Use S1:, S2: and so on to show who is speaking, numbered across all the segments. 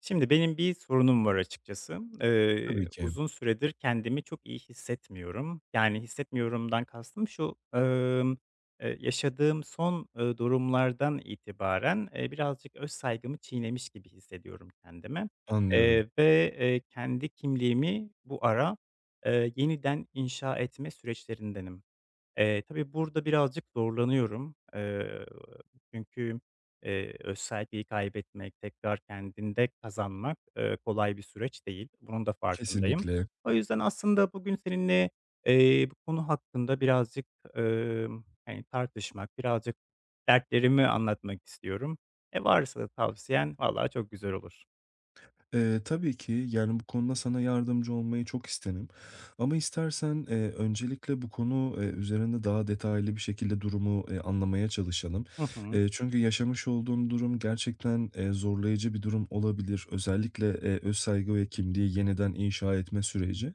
S1: Şimdi benim bir sorunum var açıkçası.
S2: Tabii ki,
S1: Uzun süredir kendimi çok iyi hissetmiyorum. Yani hissetmiyorumdan kastım şu, yaşadığım son, durumlardan itibaren, birazcık öz saygımı çiğnemiş gibi hissediyorum kendime,
S2: anlıyorum.
S1: ve, kendi kimliğimi bu ara, yeniden inşa etme süreçlerindenim. Tabii burada birazcık zorlanıyorum. Çünkü, öz kaybetmek, tekrar kendinde kazanmak, kolay bir süreç değil. Bunun da farkındayım.
S2: Kesinlikle.
S1: O yüzden aslında bugün seninle, bu konu hakkında birazcık, hani, tartışmak, birazcık dertlerimi anlatmak istiyorum. E, varsa da tavsiyen, vallahi çok güzel olur.
S2: Tabii ki, yani, bu konuda sana yardımcı olmayı çok isterim ama istersen, öncelikle bu konu, üzerinde daha detaylı bir şekilde durumu, anlamaya çalışalım.
S1: Hı hı.
S2: Çünkü yaşamış olduğun durum gerçekten, zorlayıcı bir durum olabilir. Özellikle, öz saygı ve kimliği yeniden inşa etme süreci.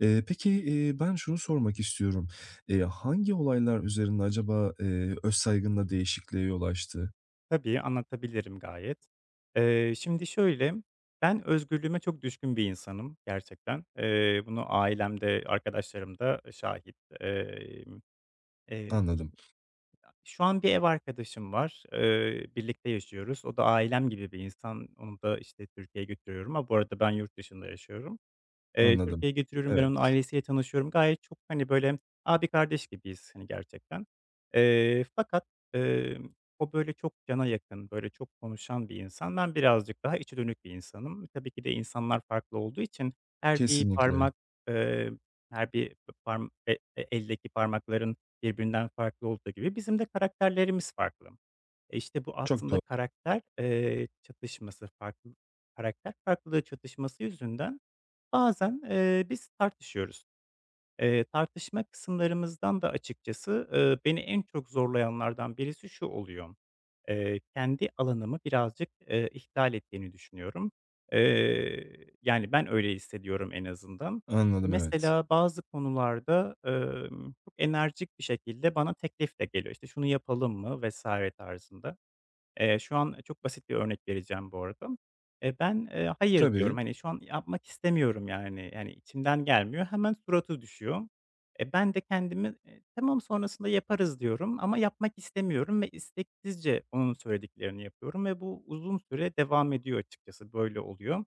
S2: Peki, ben şunu sormak istiyorum. Hangi olaylar üzerinde acaba, öz saygında değişikliğe yol açtı?
S1: Tabii, anlatabilirim gayet. Şimdi şöyle, ben özgürlüğüme çok düşkün bir insanım gerçekten. Bunu ailemde, arkadaşlarım da şahit. Emm, eee,
S2: Anladım.
S1: Şu an bir ev arkadaşım var, birlikte yaşıyoruz. O da ailem gibi bir insan. Onu da, işte, Türkiye'ye götürüyorum ama bu arada ben yurt dışında yaşıyorum.
S2: Anladım.
S1: Türkiye'ye getiriyorum, ben onun
S2: Evet,
S1: ailesiyle tanışıyorum. Gayet çok, hani, böyle, abi kardeş gibiyiz, hani, gerçekten. Fakat, o, böyle, çok cana yakın, böyle, çok konuşan bir insan. Ben birazcık daha içe dönük bir insanım. Tabii ki de insanlar farklı olduğu için her bir
S2: kesinlikle.
S1: parmak, eee, her bir parm e e eldeki parmakların birbirinden farklı olduğu gibi bizim de karakterlerimiz farklı. E, işte, bu
S2: Çok
S1: aslında
S2: doğru.
S1: karakter, çatışması, farklı karakter farklılığı çatışması yüzünden bazen, biz tartışıyoruz. Tartışma kısımlarımızdan da açıkçası, beni en çok zorlayanlardan birisi şu oluyor: kendi alanımı birazcık, ihlal ettiğini düşünüyorum. Yani, ben öyle hissediyorum en azından.
S2: Anladım, evet.
S1: Mesela bazı konularda, çok enerjik bir şekilde bana teklif de geliyor. İşte, "Şunu yapalım mı?" vesaire tarzında. Şu an çok basit bir örnek vereceğim bu arada. Ben, hayır
S2: Tabii,
S1: diyorum. Hani, şu an yapmak istemiyorum yani. Yani, içimden gelmiyor. Hemen suratı düşüyor. E, ben de kendimi, tamam sonrasında yaparız diyorum ama yapmak istemiyorum ve isteksizce onun söylediklerini yapıyorum ve bu uzun süre devam ediyor açıkçası. Böyle oluyor.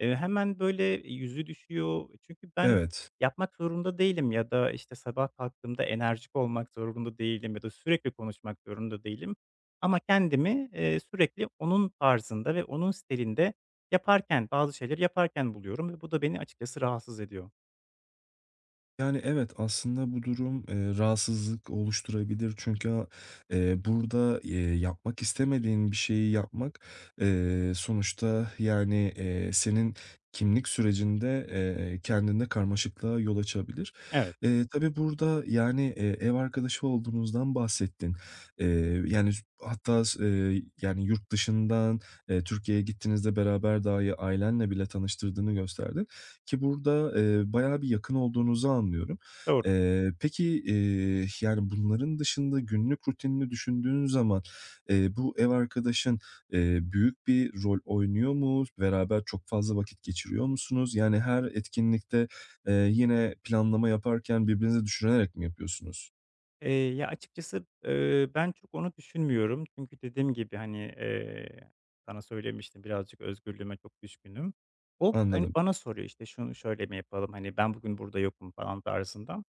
S1: Hemen böyle yüzü düşüyor. Çünkü ben
S2: evet.
S1: yapmak zorunda değilim ya da, işte, sabah kalktığımda enerjik olmak zorunda değilim ya da sürekli konuşmak zorunda değilim. Ama kendimi, sürekli onun tarzında ve onun stilinde yaparken, bazı şeyleri yaparken buluyorum ve bu da beni açıkçası rahatsız ediyor.
S2: Yani, evet, aslında bu durum, rahatsızlık oluşturabilir. Çünkü burada, yapmak istemediğin bir şeyi yapmak, sonuçta, yani, senin kimlik sürecinde, kendinde karmaşıklığa yol açabilir.
S1: Evet,
S2: Tabii burada, yani, ev arkadaşı olduğunuzdan bahsettin. Yani, hatta s Yani, yurt dışından, Türkiye'ye gittiğinizde beraber dahi ailenle bile tanıştırdığını gösterdin. Ki burada, bayağı bir yakın olduğunuzu anlıyorum.
S1: doğru.
S2: Peki, yani, bunların dışında günlük rutinini düşündüğün zaman, bu ev arkadaşın, büyük bir rol oynuyor mu? Beraber çok fazla vakit geçiriyor musunuz? Yani, her etkinlikte, yine planlama yaparken birbirinizi düşünerek mi yapıyorsunuz?
S1: Ya, açıkçası, ben çok onu düşünmüyorum. Çünkü dediğim gibi, hani, sana söylemiştim birazcık özgürlüğüme çok düşkünüm. O, hani,
S2: Anladım.
S1: bana soruyor, işte, "Şunu şöyle mi yapalım?" Hani, "Ben bugün burada yokum." falan tarzında.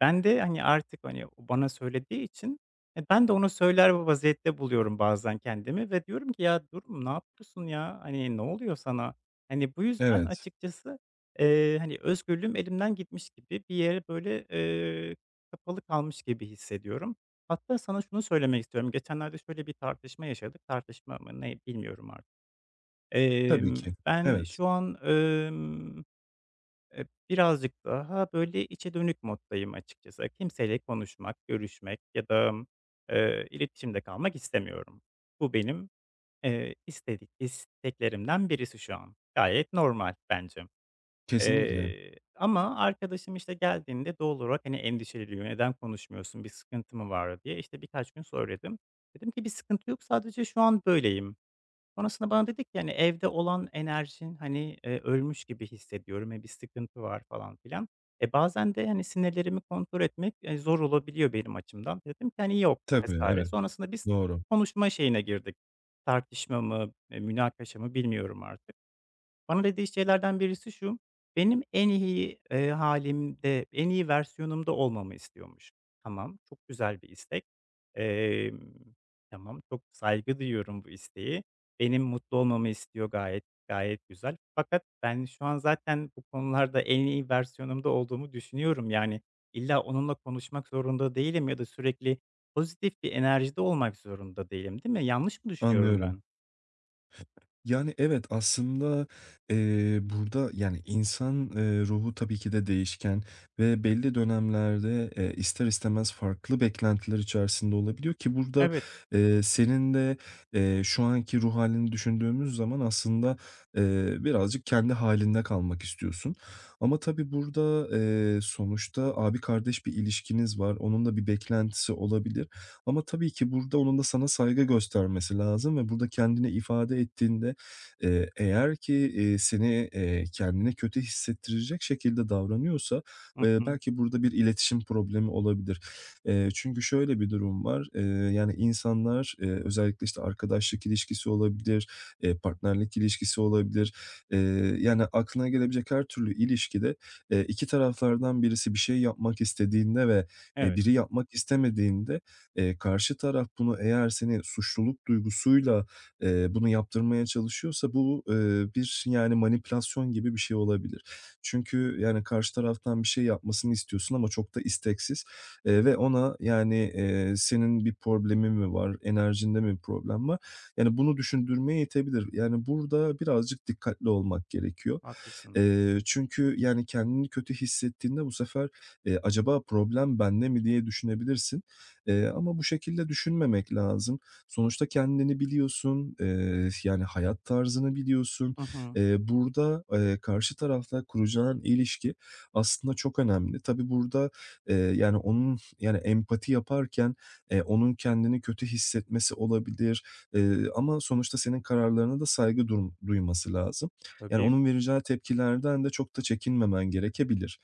S1: Ben de, hani, artık, hani, o bana söylediği için, e, ben de onu söyler bir vaziyette buluyorum bazen kendimi ve diyorum ki "Ya, Durum, ne yapıyorsun ya? Hani, ne oluyor sana?" Hani, bu yüzden
S2: Evet,
S1: açıkçası, hani, özgürlüğüm elimden gitmiş gibi bir yere, böyle, kapalı kalmış gibi hissediyorum. Hatta sana şunu söylemek istiyorum. Geçenlerde şöyle bir tartışma yaşadık. Tartışma mı ne bilmiyorum artık.
S2: tabii ki.
S1: Ben
S2: Evet,
S1: şu an, birazcık daha, böyle, içe dönük moddayım açıkçası. Kimseyle konuşmak, görüşmek ya da, iletişimde kalmak istemiyorum. Bu benim, isteklerimden birisi şu an. Gayet normal bence.
S2: kesinlikle.
S1: Ama arkadaşım, işte, geldiğinde doğal olarak, hani, endişeleniyor. "Neden konuşmuyorsun? Bir sıkıntı mı var?" diye. İşte, birkaç gün söyledim. Dedim ki "Bir sıkıntı yok. Sadece şu an böyleyim." Sonrasında bana dedi ki, hani, "Evde olan enerjin, hani, ölmüş gibi hissediyorum, e, bir sıkıntı var." falan filan. E, bazen de, hani, sinirlerimi kontrol etmek, zor olabiliyor benim açımdan. Dedim ki, hani, "Yok."
S2: Tabii,
S1: vs.
S2: evet.
S1: Sonrasında biz
S2: Doğru,
S1: konuşma şeyine girdik. Tartışma mı, münakaşa mı bilmiyorum artık. Bana dediği şeylerden birisi şu, benim en iyi, hâlimde, en iyi versiyonumda olmamı istiyormuş. Tamam, çok güzel bir istek. Emm, tamam, çok saygı duyuyorum bu isteği. Benim mutlu olmamı istiyor gayet, gayet güzel. Fakat ben şu an zaten bu konularda en iyi versiyonumda olduğumu düşünüyorum. Yani illa onunla konuşmak zorunda değilim ya da sürekli pozitif bir enerjide olmak zorunda değilim, değil mi? Yanlış mı düşünüyorum
S2: anlıyorum.
S1: ben?
S2: Yani, evet, aslında, burada, yani, insan, ruhu tabii ki de değişken ve belli dönemlerde, ister istemez farklı beklentiler içerisinde olabiliyor ki burada,
S1: Evet.
S2: senin de, şu anki ruh halini düşündüğümüz zaman aslında, birazcık kendi halinde kalmak istiyorsun. Ama tabii burada, sonuçta abi kardeş bir ilişkiniz var. Onun da bir beklentisi olabilir ama tabii ki burada onun da sana saygı göstermesi lazım ve burada kendini ifade ettiğinde. Eğer ki, seni, kendini kötü hissettirecek şekilde davranıyorsa,
S1: Hı hı.
S2: belki burada bir iletişim problemi olabilir. Çünkü şöyle bir durum var, yani insanlar, özellikle, işte, arkadaşlık ilişkisi olabilir, partnerlik ilişkisi olabilir. Eee, Yani aklına gelebilecek her türlü ilişkide, 2 taraflardan birisi bir şey yapmak istediğinde ve
S1: Evet,
S2: biri yapmak istemediğinde, karşı taraf bunu eğer seni suçluluk duygusuyla bunu yaptırmaya çalışıyorsa bu, bir, yani, manipülasyon gibi bir şey olabilir. Çünkü, yani, karşı taraftan bir şey yapmasını istiyorsun ama çok da isteksiz, ve ona, yani, senin bir problemin mi var, enerjinde mi bir problem var? Yani, bunu düşündürmeye itebilir. Yani, burada birazcık dikkatli olmak gerekiyor.
S1: haklısın.
S2: Çünkü yani kendini kötü hissettiğinde bu sefer, "Acaba problem bende mi?" diye düşünebilirsin. Ama bu şekilde düşünmemek lazım. Sonuçta kendini biliyorsun, yani hayat tarzını biliyorsun.
S1: Hı hı.
S2: Burada, karşı tarafta kuracağın ilişki aslında çok önemli. Tabii burada, yani onun yani empati yaparken, onun kendini kötü hissetmesi olabilir, ama sonuçta senin kararlarına da saygı duyması lazım. Yani,
S1: Tabii.
S2: onun vereceği tepkilerden de çok da çekinmemen gerekebilir.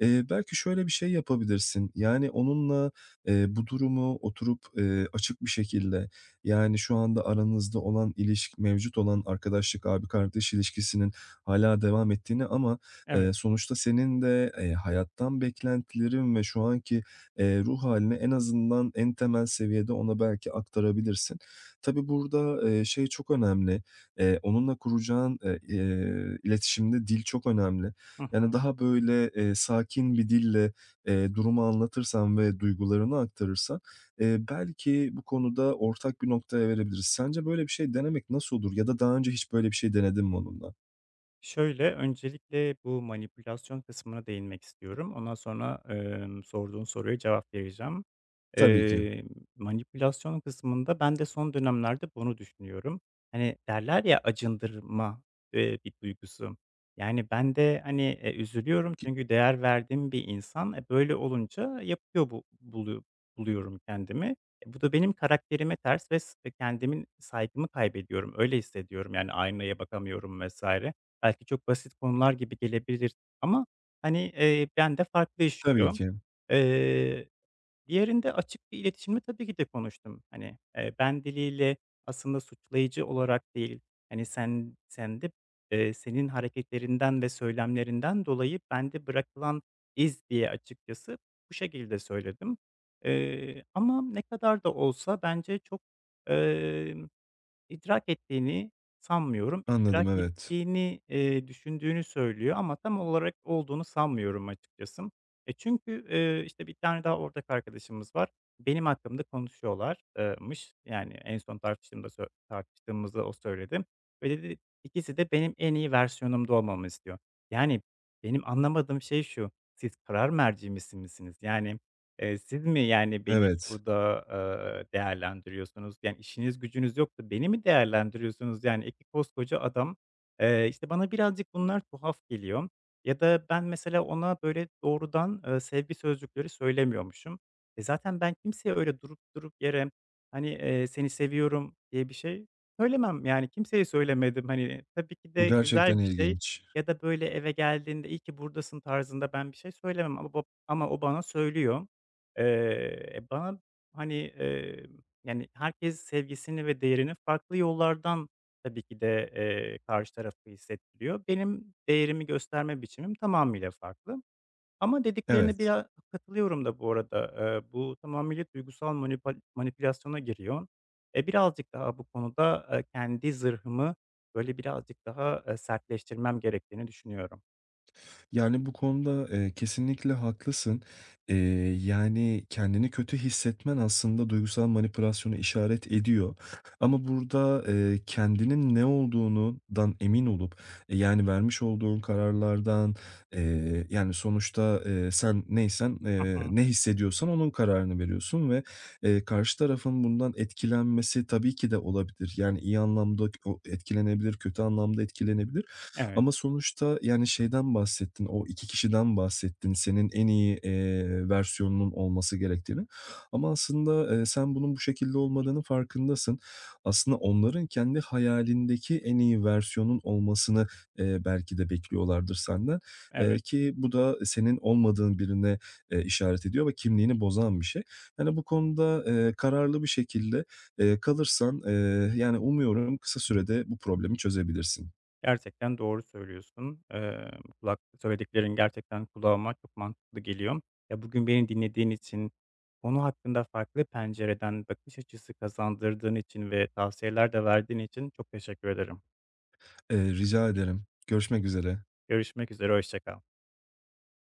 S2: Belki şöyle bir şey yapabilirsin. Yani, onunla, bu durumu oturup, açık bir şekilde, yani, şu anda aranızda olan ilişki, mevcut olan arkadaşlık, abi kardeş ilişkisinin hala devam ettiğini ama,
S1: Evet.
S2: sonuçta senin de, hayattan beklentilerin ve şu anki, ruh halini en azından en temel seviyede ona belki aktarabilirsin. Tabii burada, şey çok önemli. Onunla kuracağın, iletişimde dil çok önemli.
S1: Hı
S2: Yani,
S1: hı.
S2: daha böyle, sakin bir dille, durumu anlatırsan ve duygularını aktarırsan, belki bu konuda ortak bir noktaya verebiliriz. Sence böyle bir şey denemek nasıl olur ya da daha önce hiç böyle bir şey denedin mi onunla?
S1: Şöyle, öncelikle bu manipülasyon kısmına değinmek istiyorum. Ondan sonra, sorduğun soruya cevap vereceğim.
S2: Tabii ki.
S1: Eee, Manipülasyon kısmında ben de son dönemlerde bunu düşünüyorum. Hani, derler ya acındırma, bir duygusu. Yani, ben de, hani, üzülüyorum
S2: Ki
S1: çünkü değer verdiğim bir insan, e, böyle olunca yapıyor bu bulu buluyorum kendimi. E, bu da benim karakterime ters ve s e, kendimin saygımı kaybediyorum, öyle hissediyorum. Yani, aynaya bakamıyorum vs. Belki çok basit konular gibi gelebilir ama, hani, bende farklı
S2: tabii
S1: işliyor.
S2: ki.
S1: Eee, Diğerinde açık bir iletişimle tabii ki de konuştum. Hani, ben diliyle aslında suçlayıcı olarak değil, hani, senin hareketlerinden ve söylemlerinden dolayı bende bırakılan iz diye açıkçası bu şekilde söyledim. Ama ne kadar da olsa bence çok, İdrak ettiğini sanmıyorum.
S2: Anladım,
S1: İdrak
S2: evet.
S1: ettiğini, düşündüğünü söylüyor ama tam olarak olduğunu sanmıyorum açıkçası. E, çünkü, işte, bir tane daha ortak arkadaşımız var. Benim hakkımda konuşuyorlar mış. Yani en son tartıştığımda tartıştığımızda o söyledi ve dedi ikisi de benim en iyi versiyonumda olmamı istiyor. Yani benim anlamadığım şey şu, siz karar mercisi misiniz? Yani siz mi, yani, beni
S2: Evet.
S1: burada, değerlendiriyorsunuz? Yani, işiniz gücünüz yok beni mi değerlendiriyorsunuz? Yani, 2 koskoca adam. İşte, bana birazcık bunlar tuhaf geliyor ya da ben mesela ona böyle doğrudan, sevgi sözcükleri söylemiyormuşum. E, zaten ben kimseye öyle durup durup yere, hani, "Seni seviyorum." diye bir şey söylemem. Yani, kimseye söylemedim. Hani, tabii ki
S2: Bu
S1: de güzel
S2: gerçekten
S1: bir şey
S2: ilginç.
S1: ya da böyle eve geldiğinde, iyi ki buradasın." tarzında ben bir şey söylemem ama o bana söylüyor. Bana, hani, yani, herkes sevgisini ve değerini farklı yollardan tabii ki de, karşı tarafı hissettiriyor. Benim değerimi gösterme biçimim tamamıyla farklı ama dediklerine
S2: Evet.
S1: biraz katılıyorum da bu arada. Bu tamamıyla duygusal manipülasyona giriyor. E, birazcık daha bu konuda, kendi zırhımı, böyle, birazcık daha, sertleştirmem gerektiğini düşünüyorum.
S2: Yani, bu konuda, kesinlikle haklısın. Eee, Yani, kendini kötü hissetmen aslında duygusal manipülasyona işaret ediyor ama burada, kendinin ne olduğundan emin olup, yani, vermiş olduğun kararlardan, yani, sonuçta, sen neysen,
S1: Hı hı.
S2: ne hissediyorsan onun kararını veriyorsun ve karşı tarafın bundan etkilenmesi tabii ki de olabilir. Yani, iyi anlamda o etkilenebilir, kötü anlamda etkilenebilir.
S1: Evet,
S2: Ama sonuçta, yani, şeyden bahsettin, o 2 kişiden bahsettin, senin en iyi, versiyonunun olması gerektiğini ama aslında, sen bunun bu şekilde olmadığını farkındasın. Aslında onların kendi hayalindeki en iyi versiyonun olmasını, belki de bekliyorlardır senden,
S1: evet.
S2: ki bu da senin olmadığın birine, işaret ediyor ve kimliğini bozan bir şey. Yani, bu konuda, kararlı bir şekilde, kalırsan, yani, umuyorum kısa sürede bu problemi çözebilirsin.
S1: Gerçekten doğru söylüyorsun. Kulak söylediklerin gerçekten kulağıma çok mantıklı geliyor. Ya, bugün beni dinlediğin için, konu hakkında farklı pencereden bakış açısı kazandırdığın için ve tavsiyeler de verdiğin için çok teşekkür ederim.
S2: Rica ederim. Görüşmek üzere.
S1: Görüşmek üzere, hoşça kal.